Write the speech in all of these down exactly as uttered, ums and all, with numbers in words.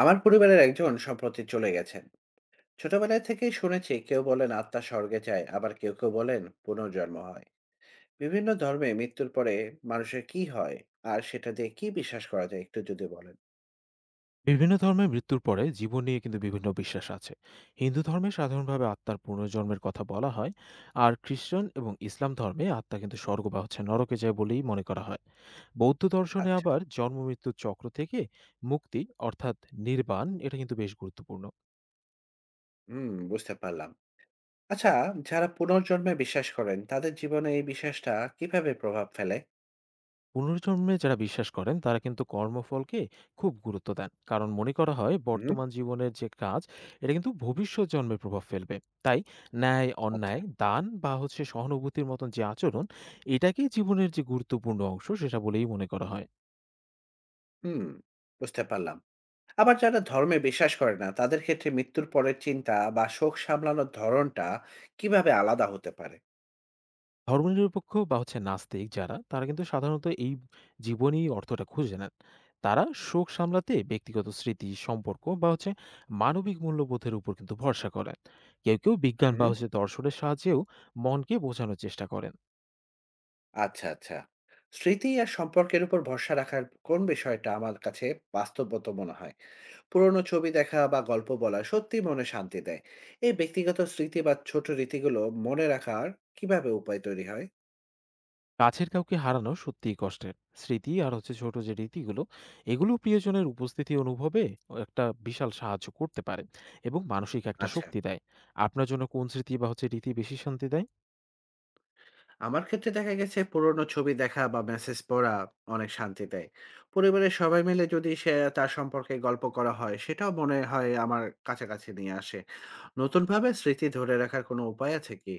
আমার পরিবারের একজন সম্প্রতি চলে গেছেন। ছোটবেলা থেকেই শুনেছি, কেউ বলেন আত্মা স্বর্গে যায়, আবার কেউ কেউ বলেন পুনর্জন্ম হয়। বিভিন্ন ধর্মে মৃত্যুর পরে মানুষের কি হয়, আর সেটা দিয়ে কি বিশ্বাস করা যায়, একটু যদি বলেন। বিভিন্ন ধর্মে মৃত্যুর পরে জীবন নিয়ে কিন্তু বিভিন্ন বিশ্বাস আছে। হিন্দু ধর্মে সাধারণভাবে আত্মার পুনর্জন্মের কথা বলা হয়। আর খ্রিস্টান এবং ইসলাম ধর্মে আত্মা কিন্তু স্বর্গ বা হচ্ছে নরকে যায় বলেই মনে করা হয়। বৌদ্ধ দর্শনে আচ্ছা, আবার জন্ম মৃত্যুর চক্র থেকে মুক্তি, অর্থাৎ নির্বাণ, এটা কিন্তু বেশ গুরুত্বপূর্ণ। হুম, বুঝতে পারলাম। আচ্ছা, যারা পুনর্জন্মে বিশ্বাস করেন তাদের জীবনে এই বিশ্বাসটা কিভাবে প্রভাব ফেলে? পুনর্জন্মে যারা বিশ্বাস করেন তারা কিন্তু কর্মফলকে খুব গুরুত্ব দেন, কারণ মনে করা হয় হুম। বর্তমান জীবনের যে কাজ, এটা কিন্তু ভবিষ্যৎ জন্মের প্রভাব ফেলবে। তাই ন্যায়, আচ্ছা, অন্যায়, দান বা হচ্ছে সহানুভূতির মতন যে আচরণ, এটাকেই জীবনের যে গুরুত্বপূর্ণ অংশ সেটা বলেই মনে করা হয়। হুম, বুঝতে পারলাম। আবার যারা ধর্মে বিশ্বাস করে না তাদের ক্ষেত্রে মৃত্যুর পরের চিন্তা বা শোক সামলানোর ধরনটা কিভাবে আলাদা হতে পারে? ধর্মনিরপেক্ষ বা হচ্ছে নাস্তিক যারা, তারা কিন্তু সাধারণত এই জীবনেই অর্থটা খুঁজে নেন। তারা শোক সামলাতে ব্যক্তিগত স্মৃতি, সম্পর্ক বা হচ্ছে মানবিক মূল্যবোধের উপর কিন্তু ভরসা করেন। কেউ, কেউ বিজ্ঞান বা হুম। হচ্ছে দর্শনের সাহায্যেও মনকে বোঝানোর চেষ্টা করেন। আচ্ছা, আচ্ছা। স্মৃতি আর সম্পর্কের উপর ভরসা রাখার কোন বিষয়টা আমার কাছে বাস্তবগত মনে হয়? পুরনো ছবি দেখা বা গল্প বলা সত্যিই মনে শান্তি দেয়। এই ব্যক্তিগত স্মৃতি বা ছোট রীতিগুলো মনে রাখার কিভাবে উপায় তৈরি হয়? কাছের কাউকে হারানো সত্যিই কষ্টের। স্মৃতি আর হচ্ছে ছোট যে রীতিগুলো, এগুলো প্রিয়জনের উপস্থিতি অনুভবে একটা বিশাল সাহায্য করতে পারে এবং মানসিক একটা আচ্ছা। শক্তি দেয়। আপনার জন্য কোন স্মৃতি বা হচ্ছে রীতি বেশি শান্তি দেয়? আমার ক্ষেত্রে দেখা গেছে পুরনো ছবি দেখা বা মেসেজ পড়া অনেক শান্তি দেয়। পরিবারের সবাই মিলে যদি সে তার সম্পর্কে গল্প করা হয় সেটাও মনে হয় আমার কাছাকাছি নিয়ে আসে। নতুনভাবে স্মৃতি ধরে রাখার কোনো উপায় আছে কি?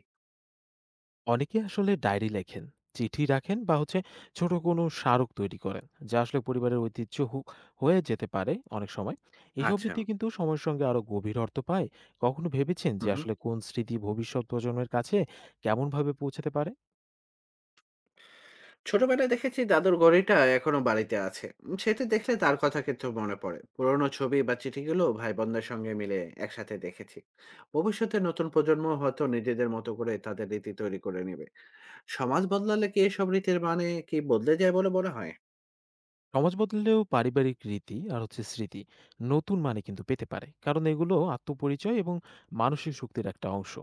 অনেকে আসলে ডায়েরি লেখেন, চিঠি রাখেন বা হচ্ছে ছোট কোনো স্মারক তৈরি করেন, যা আসলে পরিবারের ঐতিহ্য হো- হয়ে যেতে পারে অনেক সময়। এইসব আচ্ছা। রীতি কিন্তু সময়ের সঙ্গে আরো গভীর অর্থ পায়। কখনো ভেবেছেন হু, যে হু। আসলে কোন স্মৃতি ভবিষ্যৎ প্রজন্মের কাছে কেমন ভাবে পৌঁছাতে পারে? ছোটবেলায় দেখেছি দাদুর ঘড়িটা এখনো বাড়িতে আছে, উম, সেটি দেখলে তার কথা কিন্তু মনে পড়ে। পুরোনো ছবি বা চিঠিগুলো ভাই বোনদের সঙ্গে মিলে একসাথে দেখেছি। ভবিষ্যতে নতুন প্রজন্ম হয়তো নিজেদের মতো করে তাদের রীতি তৈরি করে নেবে। সমাজ বদলালে কি এসব রীতির মানে কি বদলে যায় বলে মনে হয়? সমাজ বদলেও পারিবারিক রীতি আর হচ্ছে স্মৃতি নতুন মানে কিন্তু পেতে পারে, কারণ এগুলো আত্মপরিচয় এবং মানসিক শক্তির একটা অংশ।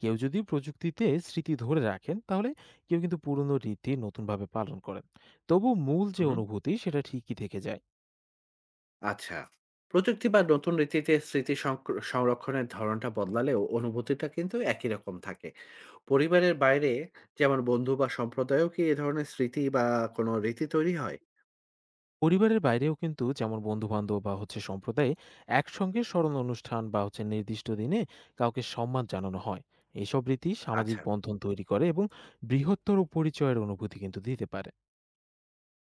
কেউ যদি প্রযুক্তিতে স্মৃতি ধরে রাখেন, তাহলে কেউ কিন্তু পুরনো রীতি নতুনভাবে পালন করেন। তবু মূল যে হুম, অনুভূতি সেটা ঠিকই থেকে যায়। আচ্ছা। প্রযুক্তি বা নতুন রীতিতে স্মৃতি সংক- সংরক্ষণের ধরনটা বদলালেও অনুভূতিটা কিন্তু একই রকম থাকে। পরিবারের বাইরে যেমন বন্ধু বা সম্প্রদায়ও কি এ ধরনের স্মৃতি বা কোনো রীতি তৈরি হয়? পরিবারের বাইরেও কিন্তু, যেমন বন্ধু বান্ধব বা হচ্ছে সম্প্রদায়ে একসঙ্গে স্মরণ অনুষ্ঠান বা হচ্ছে নির্দিষ্ট দিনে কাউকে সম্মান জানানো হয়। এসব রীতি সামাজিক আচ্ছা। বন্ধন তৈরি করে এবং বৃহত্তর পরিচয়ের অনুভূতি কিন্তু দিতে পারে।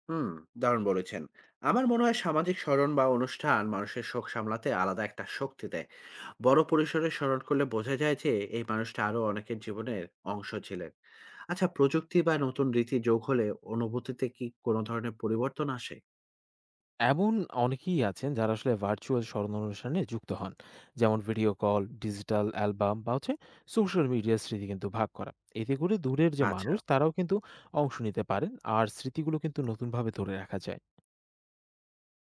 হুম, দারুণ বলেছেন। আমার মনে হয় সামাজিক স্মরণ বা অনুষ্ঠান মানুষের শোক সামলাতে আলাদা একটা শক্তি দেয়। বড় পরিসরে স্মরণ করলে বোঝা যায় যে এই মানুষটা আরো অনেকের জীবনের অংশ ছিলেন। আচ্ছা, প্রযুক্তি বা নতুন রীতি যোগ হলে অনুভূতিতে কি কোনো ধরনের পরিবর্তন আসে? এমন অনেকেই আছেন যারা আসলে ভার্চুয়াল স্মরণ অনুষ্ঠানে যুক্ত হন, যেমন ভিডিও কল, ডিজিটাল অ্যালবাম বা হচ্ছে সোশ্যাল মিডিয়ার স্মৃতি কিন্তু ভাগ করা। এতে করে দূরের যে আচ্ছা, মানুষ তারাও কিন্তু অংশ নিতে পারেন, আর স্মৃতিগুলো কিন্তু নতুনভাবে ধরে রাখা যায়।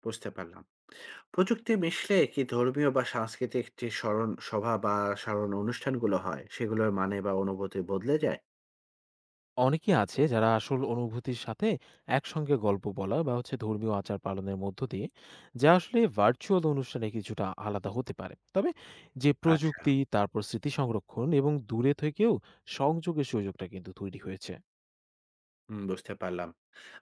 বুঝতে পারলাম। প্রযুক্তি মিশলে কি ধর্মীয় বা সাংস্কৃতিক যে স্মরণ সভা বা স্মরণ অনুষ্ঠানগুলো হয় সেগুলোর মানে বা অনুভূতি বদলে যায়? অনেকে আছে যারা আসল অনুভূতির সাথে একসঙ্গে গল্প বলা বা হচ্ছে ধর্মীয় আচার পালনের মধ্য দিয়ে, যা আসলে ভার্চুয়াল অনুষ্ঠানে কিছুটা আলাদা হতে পারে। তবে যে আচ্ছা, প্রযুক্তি, তারপর স্মৃতি সংরক্ষণ এবং দূরে থেকেও সংযোগের সুযোগটা কিন্তু তৈরি হয়েছে। হুম, বুঝতে পারলাম।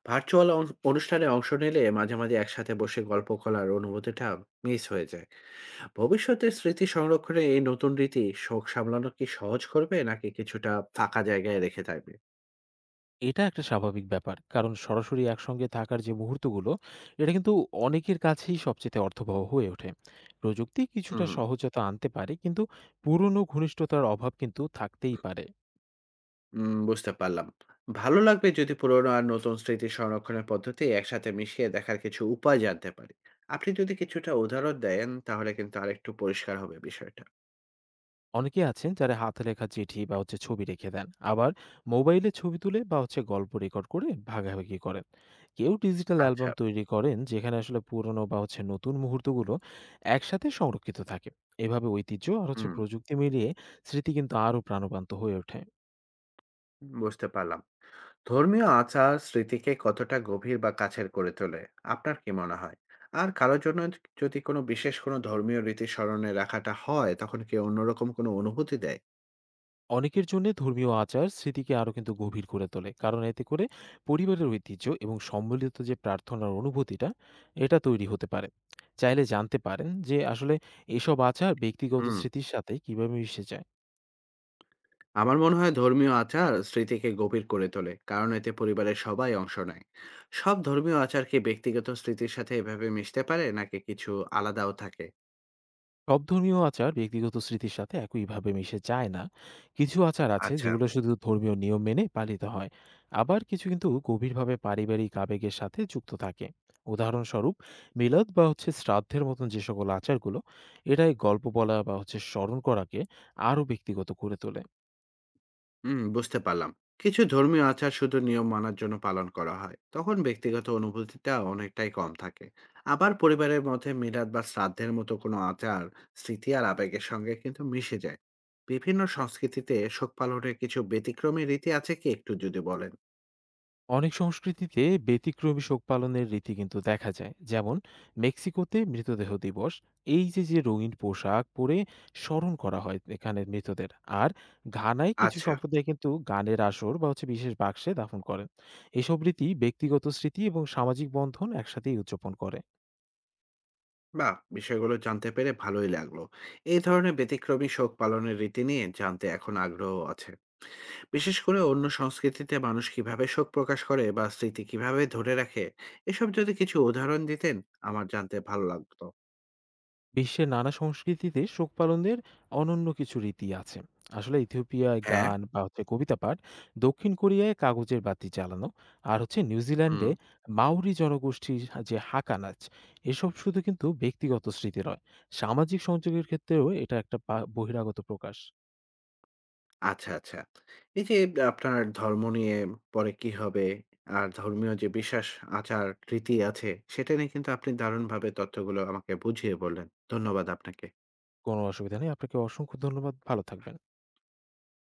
ভার্চুয়াল অং অনুষ্ঠানে অংশ নিলে মাঝে, মাঝে একসাথে বসে গল্প করার অনুভূতিটা মিস হয়ে যায়। ভবিষ্যতে স্মৃতি সংরক্ষণে এই নতুন রীতি শোক সামলানো কি সহজ করবে নাকি কিছুটা ফাঁকা জায়গায় রেখে থাকবে? এটা একটা স্বাভাবিক ব্যাপার। কারণ সরাসরি একসঙ্গে থাকার যে মুহূর্তগুলো, এটা কিন্তু অনেকের কাছেই সবচেয়ে অর্থবহ হয়ে ওঠে। প্রযুক্তি হুম, কিছুটা হুম। সহজতা আনতে পারে, কিন্তু পুরনো ঘনিষ্ঠতার অভাব কিন্তু থাকতেই পারে। উম বুঝতে পারলাম। ভালো লাগবে যদি পুরনো আর নতুন স্মৃতি সংরক্ষণের পদ্ধতি একসাথে মিশিয়ে দেখার কিছু উপায় জানতে পারি। আপনি যদি কিছুটা উদাহরণ দেন তাহলে কিন্তু আরেকটু পরিষ্কার হবে বিষয়টা। অনেকে আছেন যারা হাতে লেখা চিঠি বা হচ্ছে ছবি রেখে দেন। আবার মোবাইলে ছবি তুলে বা হচ্ছে গল্প রেকর্ড করে ভাগাভাগি করেন। কেউ ডিজিটাল আচ্ছা, অ্যালবাম তৈরি করেন, যেখানে আসলে পুরনো বা হচ্ছে নতুন মুহূর্তগুলো একসাথে সংরক্ষিত থাকে। এভাবে ঐতিহ্য আর হচ্ছে হুম, প্রযুক্তি মিলিয়ে স্মৃতি কিন্তু আরও প্রাণবন্ত হয়ে ওঠে। বুঝতে পারলাম। ধর্মীয় আচার স্মৃতিকে কতটা গভীর বা কাছের করে তোলে আপনার কি মনে হয়? আর কারোর জন্য যদি কোনো বিশেষ কোনো ধর্মীয় রীতি স্মরণে রাখাটা হয় তখন কি অন্যরকম কোনো অনুভূতি দেয়? অনেকের জন্য ধর্মীয় আচার স্মৃতিকে আরো কিন্তু গভীর করে তোলে, কারণ এতে করে পরিবারের ঐতিহ্য এবং সম্মিলিত যে প্রার্থনার অনুভূতিটা, এটা তৈরি হতে পারে। চাইলে জানতে পারেন যে আসলে এসব আচার ব্যক্তিগত হুম। স্মৃতির সাথে কিভাবে মিশে যায়। আমার মনে হয় ধর্মীয় আচার স্মৃতিকে গভীর করে তোলে, কারণ এতে পরিবারের সবাই অংশ নেয়। সব ধর্মীয় আচার কি ব্যক্তিগত স্মৃতির সাথে এভাবে মিশতে পারে নাকি কিছু আলাদাও থাকে? সব ধর্মীয় আচার ব্যক্তিগত স্মৃতির সাথে একইভাবে মিশে যায় না। কিছু আচার আছে আচ্ছা, যেগুলো শুধু ধর্মীয় নিয়ম মেনে পালিত হয়। আবার কিছু কিন্তু গভীরভাবে পারিবারিক আবেগের সাথে যুক্ত থাকে। উদাহরণস্বরূপ, মিলাদ বা হচ্ছে শ্রাদ্ধের মতন যে সকল আচারগুলো, এটাই গল্প বলা বা হচ্ছে স্মরণ করাকে আরও ব্যক্তিগত করে তোলে। হুম, বুঝতে পারলাম। কিছু ধর্মীয় আচার শুধু নিয়ম মানার জন্য পালন করা হয়, তখন ব্যক্তিগত অনুভূতিটা অনেকটাই কম থাকে। আবার পরিবারের মধ্যে মিলাদ বা শ্রাদ্ধের মতো কোনো আচার স্মৃতি আর আবেগের সঙ্গে কিন্তু মিশে যায়। বিভিন্ন সংস্কৃতিতে শোক পালনের কিছু ব্যতিক্রমী রীতি আছে কি, একটু যদি বলেন। অনেক সংস্কৃতিতে ব্যতিক্রমী শোক পালনের রীতি কিন্তু দেখা যায়, যেমন মেক্সিকোতে মৃতদেহ দিবস। এই যে যে রঙিন পোশাক পরে স্মরণ করা হয় এখানে মৃতদের। আর ঘানায় কিছু আচ্ছা, সম্প্রদায় কিন্তু গানের আসর বা হচ্ছে বিশেষ বাক্সে দাফন করেন। এসব রীতি ব্যক্তিগত স্মৃতি এবং সামাজিক বন্ধন একসাথেই উদযাপন করে। বা, বিষয়গুলো জানতে পেরে ভালোই লাগলো। এই ধরনের ব্যতিক্রমী শোক পালনের রীতি নিয়ে জানতে এখন আগ্রহ আছে। বিশেষ করে অন্য সংস্কৃতিতে মানুষ কিভাবে শোক প্রকাশ করে বা স্মৃতি কিভাবে ধরে রাখে, এসব যদি কিছু উদাহরণ দিতেন আমার জানতে ভালো লাগতো। বিশ্বের নানা সংস্কৃতিতে শোক পালনের অনন্য কিছু রীতি আছে। আসলে ইথিওপিয়ায় হ্যাঁ। গান বা হচ্ছে কবিতা পাঠ, দক্ষিণ কোরিয়ায় কাগজের বাতি জ্বালানো, আর হচ্ছে হুম। নিউজিল্যান্ডে মাউরি জনগোষ্ঠীর যে হাকা নাচ, এসব শুধু কিন্তু ব্যক্তিগত স্মৃতি নয়, সামাজিক সংযোগের ক্ষেত্রেও এটা একটা পা- বহিরাগত প্রকাশ। আচ্ছা, আচ্ছা। এই যে আপনার ধর্ম নিয়ে পরে কি হবে, আর ধর্মীয় যে বিশ্বাস, আচার, রীতি আছে সেটা নিয়ে কিন্তু আপনি দারুণভাবে তথ্যগুলো আমাকে বুঝিয়ে বললেন। ধন্যবাদ আপনাকে। কোনো অসুবিধা নেই, আপনাকে অসংখ্য ধন্যবাদ, ভালো থাকবেন।